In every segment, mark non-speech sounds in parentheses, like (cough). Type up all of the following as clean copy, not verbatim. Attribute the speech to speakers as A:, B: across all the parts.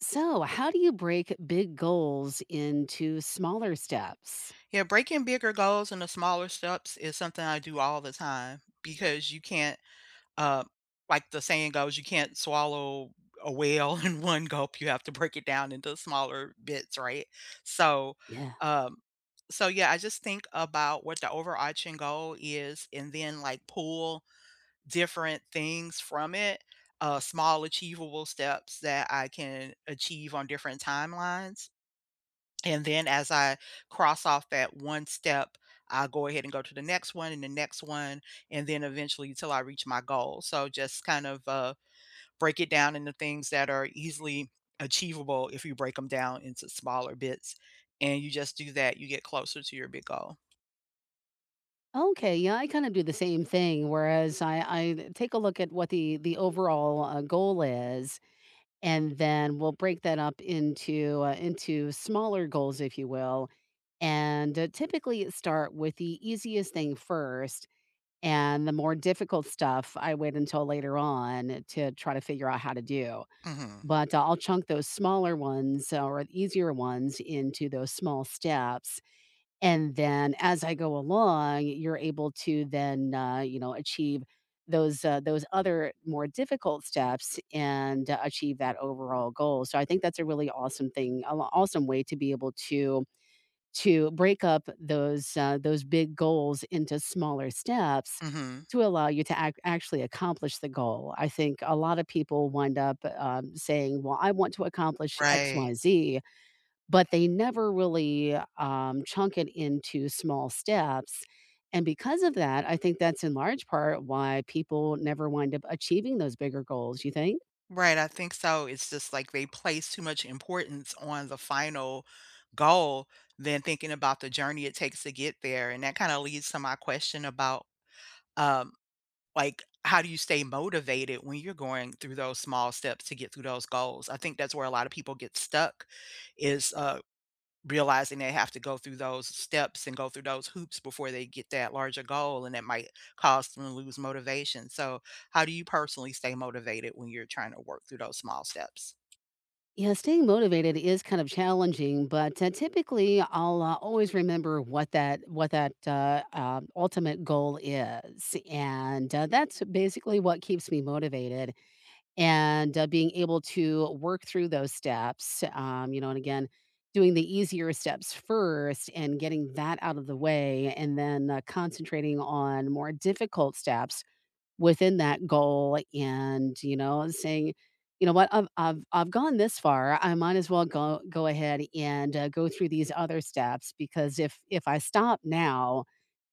A: So, how do you break big goals into smaller steps?
B: Yeah, breaking bigger goals into smaller steps is something I do all the time because you can't, uh, like the saying goes, you can't swallow a whale (laughs) in one gulp. You have to break it down into smaller bits, right? So,
A: Yeah.
B: um, so yeah, I just think about what the overarching goal is and then like pull different things from it, small achievable steps that I can achieve on different timelines and then as I cross off that one step, I'll go ahead and go to the next one and the next one, and then eventually until I reach my goal. So just kind of break it down into things that are easily achievable if you break them down into smaller bits. And you just do that, you get closer to your big goal.
A: Okay, yeah, I kind of do the same thing. Whereas I take a look at what the overall goal is, and then we'll break that up into smaller goals, if you will, and typically start with the easiest thing first, and the more difficult stuff I wait until later on to try to figure out how to do.
B: Hmm.
A: But I'll chunk those smaller ones or the easier ones into those small steps. And then as I go along, you're able to then, you know, achieve those other more difficult steps and achieve that overall goal. So I think that's a really awesome thing, awesome way to be able to break up those big goals into smaller steps
B: Hmm.
A: to allow you to ac actually accomplish the goal. I think a lot of people wind up, saying, "Well, I want to accomplish X,
B: Right.
A: Y, Z," but they never really, chunk it into small steps, and because of that, I think that's in large part why people never wind up achieving those bigger goals, you think?
B: Right. I think so. It's just like they place too much importance on the final goal than thinking about the journey it takes to get there. And that kind of leads to my question about um, like how do you stay motivated when you're going through those small steps to get through those goals? I think that's where a lot of people get stuck is realizing they have to go through those steps and go through those hoops before they get that larger goal and that might cause them to lose motivation. So, how do you personally stay motivated when you're trying to work through those small steps?
A: Yeah, staying motivated is kind of challenging, but typically I'll always remember what that ultimate goal is, and that's basically what keeps me motivated. And being able to work through those steps, you know, and again, doing the easier steps first and getting that out of the way, and then concentrating on more difficult steps within that goal and, you know, saying, "You know what? I've gone this far. I might as well go ahead and, go through these other steps because if I stop now,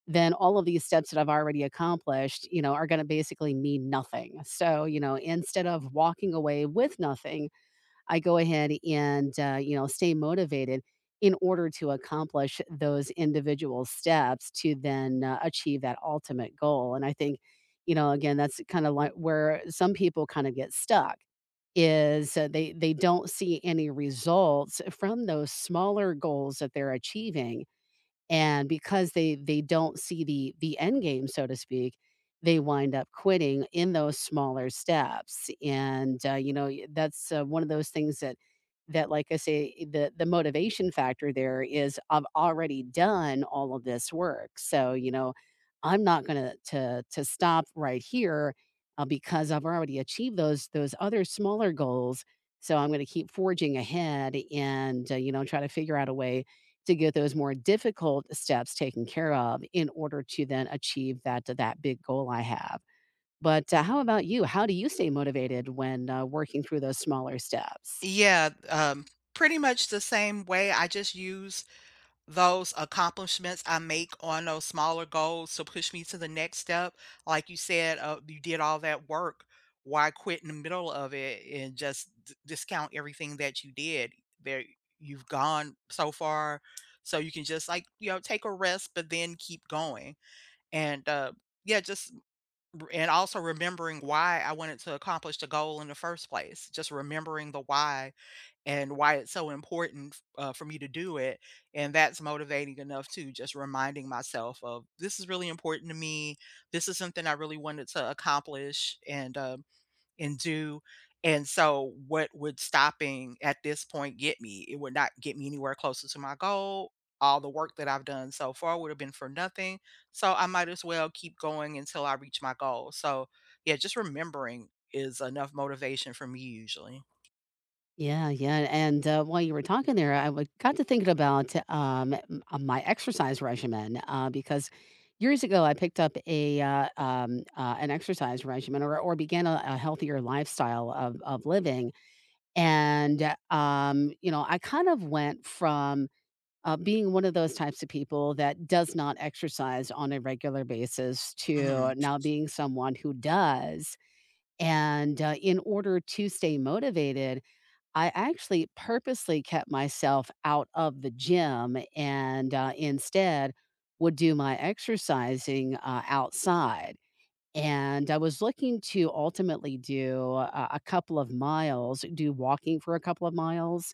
A: then all of these steps that I've already accomplished, you know, are gonna basically mean nothing." So, you know, instead of walking away with nothing I go ahead and, you know, stay motivated in order to accomplish those individual steps to then achieve that ultimate goal. And I think, you know, again, that's kind of like where some people kind of get stuck is they don't see any results from those smaller goals that they're achieving and because they don't see the end game, so to speak, they wind up quitting in those smaller steps. And, you know, y that's, one of those things that like I say, the motivation factor there is, "I've already done all of this work, so, you know, I'm not gonna to stop right here, because I've already achieved those other smaller goals, so I'm gonna keep forging ahead and, you know, try to figure out a way to get those more difficult steps taken care of in order to then achieve that big goal I have. But, how about you? How do you stay motivated when, working through those smaller steps?
B: Yeah, um, Pretty much the same way. I just use those accomplishments I make on those smaller goals to push me to the next step. Like you said, you did all that work. Why quit in the middle of it and just discount everything that you did? There, you've gone so far, so you can just like you know take a rest, but then keep going. And yeah, just and also remembering why I wanted to accomplish the goal in the first place. Just remembering the why and why it's so important for me to do it. And that's motivating enough too, just reminding myself of this is really important to me. This is something I really wanted to accomplish and and do. And so, what would stopping at this point get me? It would not get me anywhere closer to my goal. All the work that I've done so far would have been for nothing. So I might as well keep going until I reach my goal. So yeah, just remembering is enough motivation for me usually.
A: Yeah, yeah, and, while you were talking there, I w got to thinking about, m my exercise regimen, because years ago, I picked up a, an exercise regimen or began a healthier lifestyle of living, and, you know, I kind of went from being one of those types of people that does not exercise on a regular basis to
B: Hmm.
A: now being someone who does. And in order to stay motivated, I actually purposely kept myself out of the gym and instead would do my exercising outside. And I was looking to ultimately do a couple of miles, do walking for a couple of miles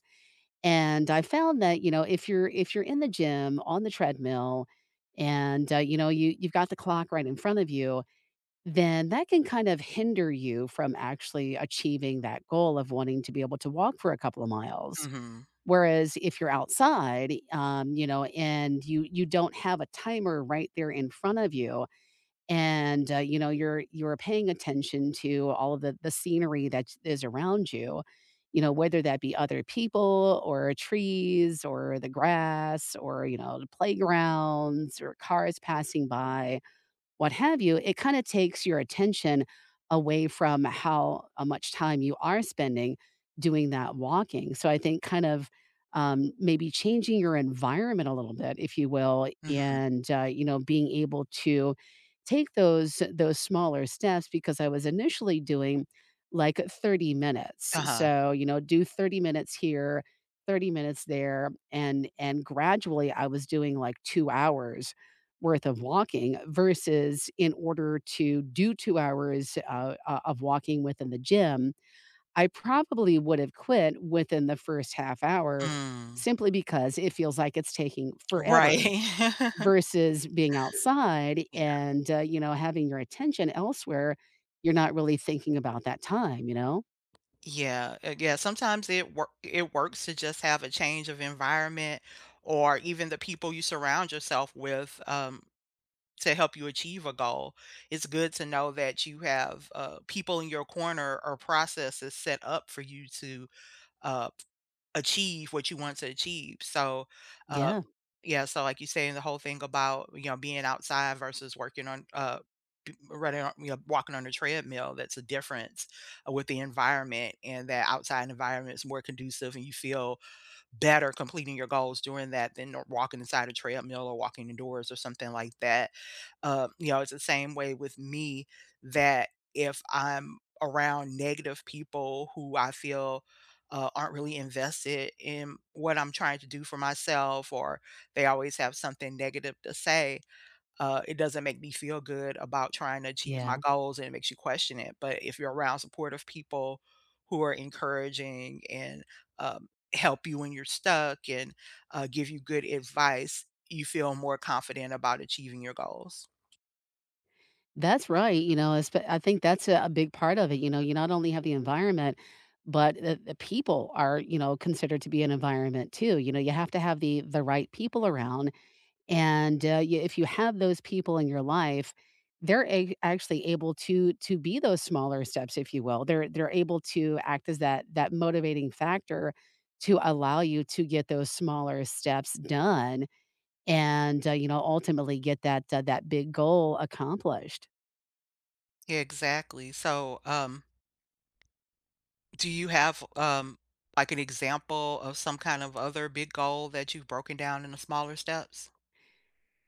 A: and I found that, you know, if you're in the gym on the treadmill and, you know, you've got the clock right in front of you, then that can kind of hinder you from actually achieving that goal of wanting to be able to walk for a couple of miles.
B: Hmm.
A: Whereas if you're outside, you know, and you don't have a timer right there in front of you, and, you know, you're paying attention to all of the scenery that is around you, you know, whether that be other people or trees or the grass or, you know, the playgrounds or cars passing by what have you, it kind of takes your attention away from how much time you are spending doing that walking. So I think kind of maybe changing your environment a little bit, if you will,
B: Hmm.
A: and you know being able to take those smaller steps because I was initially doing like 30 minutes.
B: Uh-huh.
A: So you know do 30 minutes here, 30 minutes there, and gradually I was doing like 2 hours worth of walking versus in order to do 2 hours, o of walking within the gym, I probably would have quit within the first half hour
B: Mm.
A: simply because it feels like it's taking
B: Right.
A: forever
B: (laughs)
A: versus being outside
B: Yeah.
A: and, you know, having your attention elsewhere, you're not really thinking about that time, you know?
B: Yeah, sometimes it works to just have a change of environment or even the people you surround yourself with, to help you achieve a goal. It's good to know that you have, people in your corner or processes set up for you to, uh, achieve what you want to achieve. So, uh,
A: Yeah,
B: yeah, so like you saying the whole thing about, you know, being outside versus working on, running on, you know, walking on a treadmill, that's a difference with the environment and that outside environment is more conducive and you feel better completing your goals doing that than walking inside a treadmill or walking indoors or something like that. You know, it's the same way with me that if I'm around negative people who I feel aren't really invested in what I'm trying to do for myself, or they always have something negative to say, it doesn't make me feel good about trying to achieve my
A: yeah.
B: goals and it makes you question it. But if you're around supportive people who are encouraging and um, help you when you're stuck and give you good advice, you feel more confident about achieving your goals.
A: That's right, you know, espe I think that's a big part of it, you know, you not only have the environment, but the people are, you know, considered to be an environment too, you know, you have to have the right people around, and, y if you have those people in your life, they're a actually able to be those smaller steps, if you will, they're able to act as that motivating factor to allow you to get those smaller steps done and, you know, ultimately get that, that big goal accomplished.
B: Yeah, exactly. Do you have, like an example of some kind of other big goal that you've broken down into smaller steps?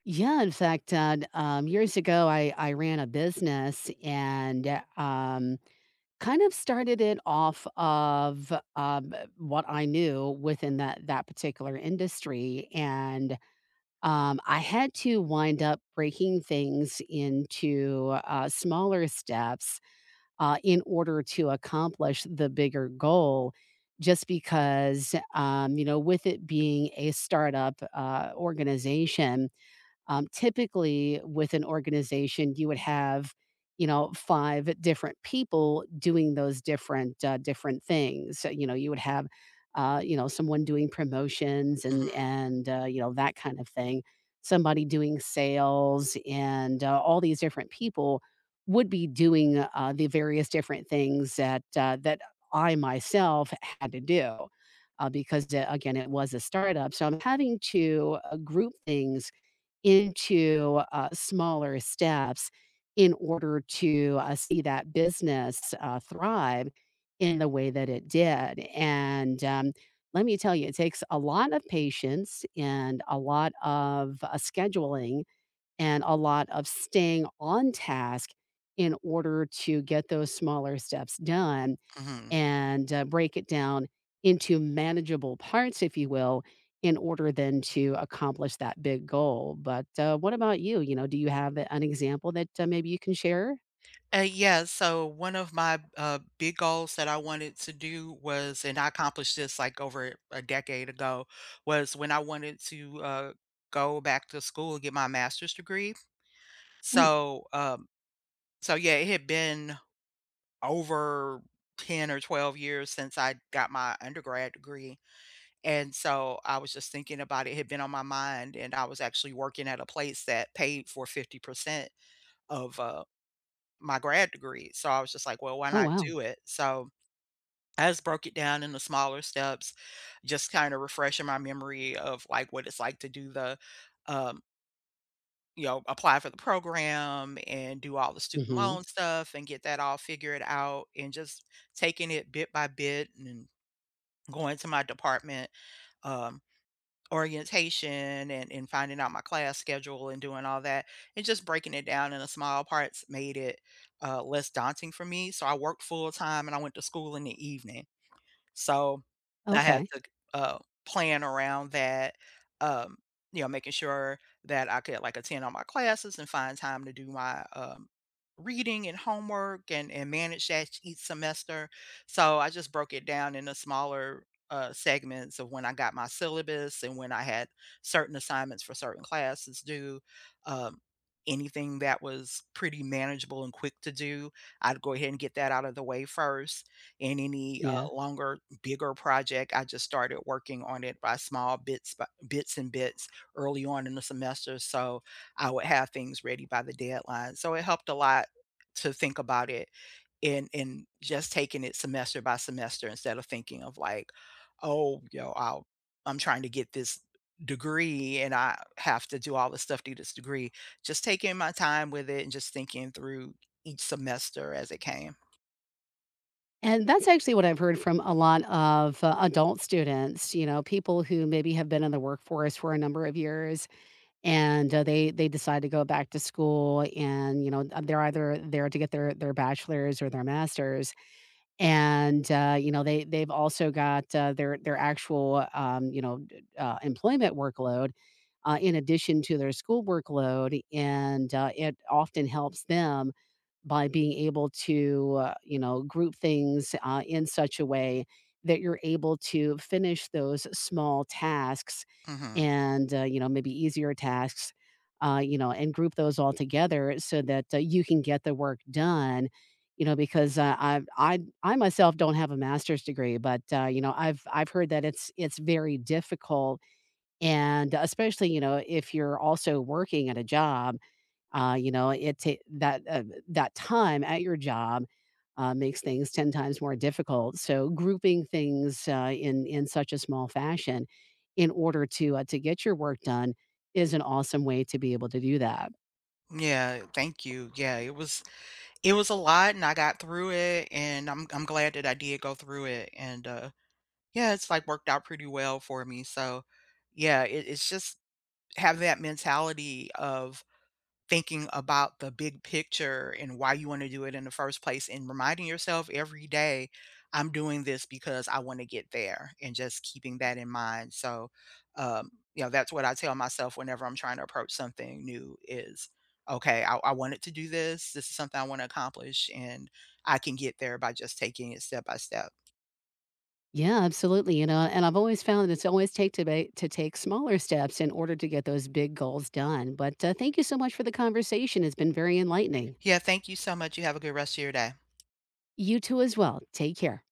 A: Yeah, in fact, years ago, I ran a business and kind of started it off of what I knew within that particular industry, and I had to wind up breaking things into smaller steps in order to accomplish the bigger goal. Just because, you know, with it being a startup organization typically, with an organization, you would have, you know, five different people doing those different different things. So, you know, you would have, you know, someone doing promotions and
B: Mhm.
A: you know that kind of thing. Somebody doing sales and all these different people would be doing the various different things that that I myself had to do because again it was a startup so I'm having to group things into, smaller steps in order to, see that business, thrive in the way that it did, and, let me tell you, it takes a lot of patience and a lot of, scheduling and a lot of staying on task in order to get those smaller steps done
B: Mhm.
A: and, break it down into manageable parts, if you will, in order then to accomplish that big goal. But, what about you? You know, do you have an example that, maybe you can share?
B: Yeah, so one of my, big goals that I wanted to do was and I accomplished this, like, over a decade ago, was when I wanted to, go back to school and get my master's degree.
A: Mm.
B: So, um so yeah, it had been over 10 or 12 years since I got my undergrad degree. And so I was just thinking about it, it had been on my mind, and I was actually working at a place that paid for 50% of, my grad degree. So I was just like, "Well, why
A: Oh,
B: not
A: wow.
B: do it?" So I just broke it down into smaller steps, just kinda refreshing my memory of, like, what it's like to do the, um, you know, apply for the program and do all the student
A: Mhm.
B: loan stuff and get that all figured out and just taking it bit by bit and going to my department, um orientation and finding out my class schedule and doing all that, and just breaking it down into small parts made it, less daunting for me, so I worked full-time and I went to school in the evening. So, I had
A: Okay.
B: to, uh, plan around that, um, you know, making sure that I could, like, attend all my classes and find time to do my, reading and homework and manage that each semester. So, I just broke it down into smaller, segments of when I got my syllabus and when I had certain assignments for certain classes due. Um, anything that was pretty manageable and quick to do, I'd go ahead and get that out of the way first in any
A: Yeah.
B: longer, bigger project. I just started working on it by small bits, bits and bits early on in the semester. So I would have things ready by the deadline. So it helped a lot to think about it in just taking it semester by semester instead of thinking of like, oh, yo, I'm trying to get this degree and I have to do all the stuff to get this degree. Just taking my time with it and just thinking through each semester as it came.
A: And that's actually what I've heard from a lot of, adult students, you know, people who maybe have been in the workforce for a number of years and, they decide to go back to school and, you know, they're either there to get their bachelor's or their master's. And, you know, they've also got, their actual, you know, d employment workload, in addition to their school workload, and, it often helps them by being able to, you know, group things, in such a way that you're able to finish those small tasks
B: Hmm.
A: and, you know, maybe easier tasks, you know, and group those all together so that, you can get the work done you know, because, uh, I I myself don't have a master's degree, but, you know, I've heard that it's very difficult, and especially, you know, if you're also working at a job, you know, it ta that, that time at your job, makes things 10 times more difficult, so grouping things, in such a small fashion in order to get your work done is an awesome way to be able to do that.
B: Yeah, thank you. Yeah, it was a lot and I got through it and I'm glad that I did go through it and yeah, it's like worked out pretty well for me. So yeah, it's just having that mentality of thinking about the big picture and why you want to do it in the first place and reminding yourself every day, I'm doing this because I want to get there and just keeping that in mind. You know, that's what I tell myself whenever I'm trying to approach something new is, okay, I wanted to do this. This is something I want to accomplish and I can get there by just taking it step by step.
A: Yeah, absolutely. And I've always found that it's always to take smaller steps in order to get those big goals done. But thank you so much for the conversation. It's been very enlightening.
B: Yeah, thank you so much. You have a good rest of your day.
A: You too, as well. Take care.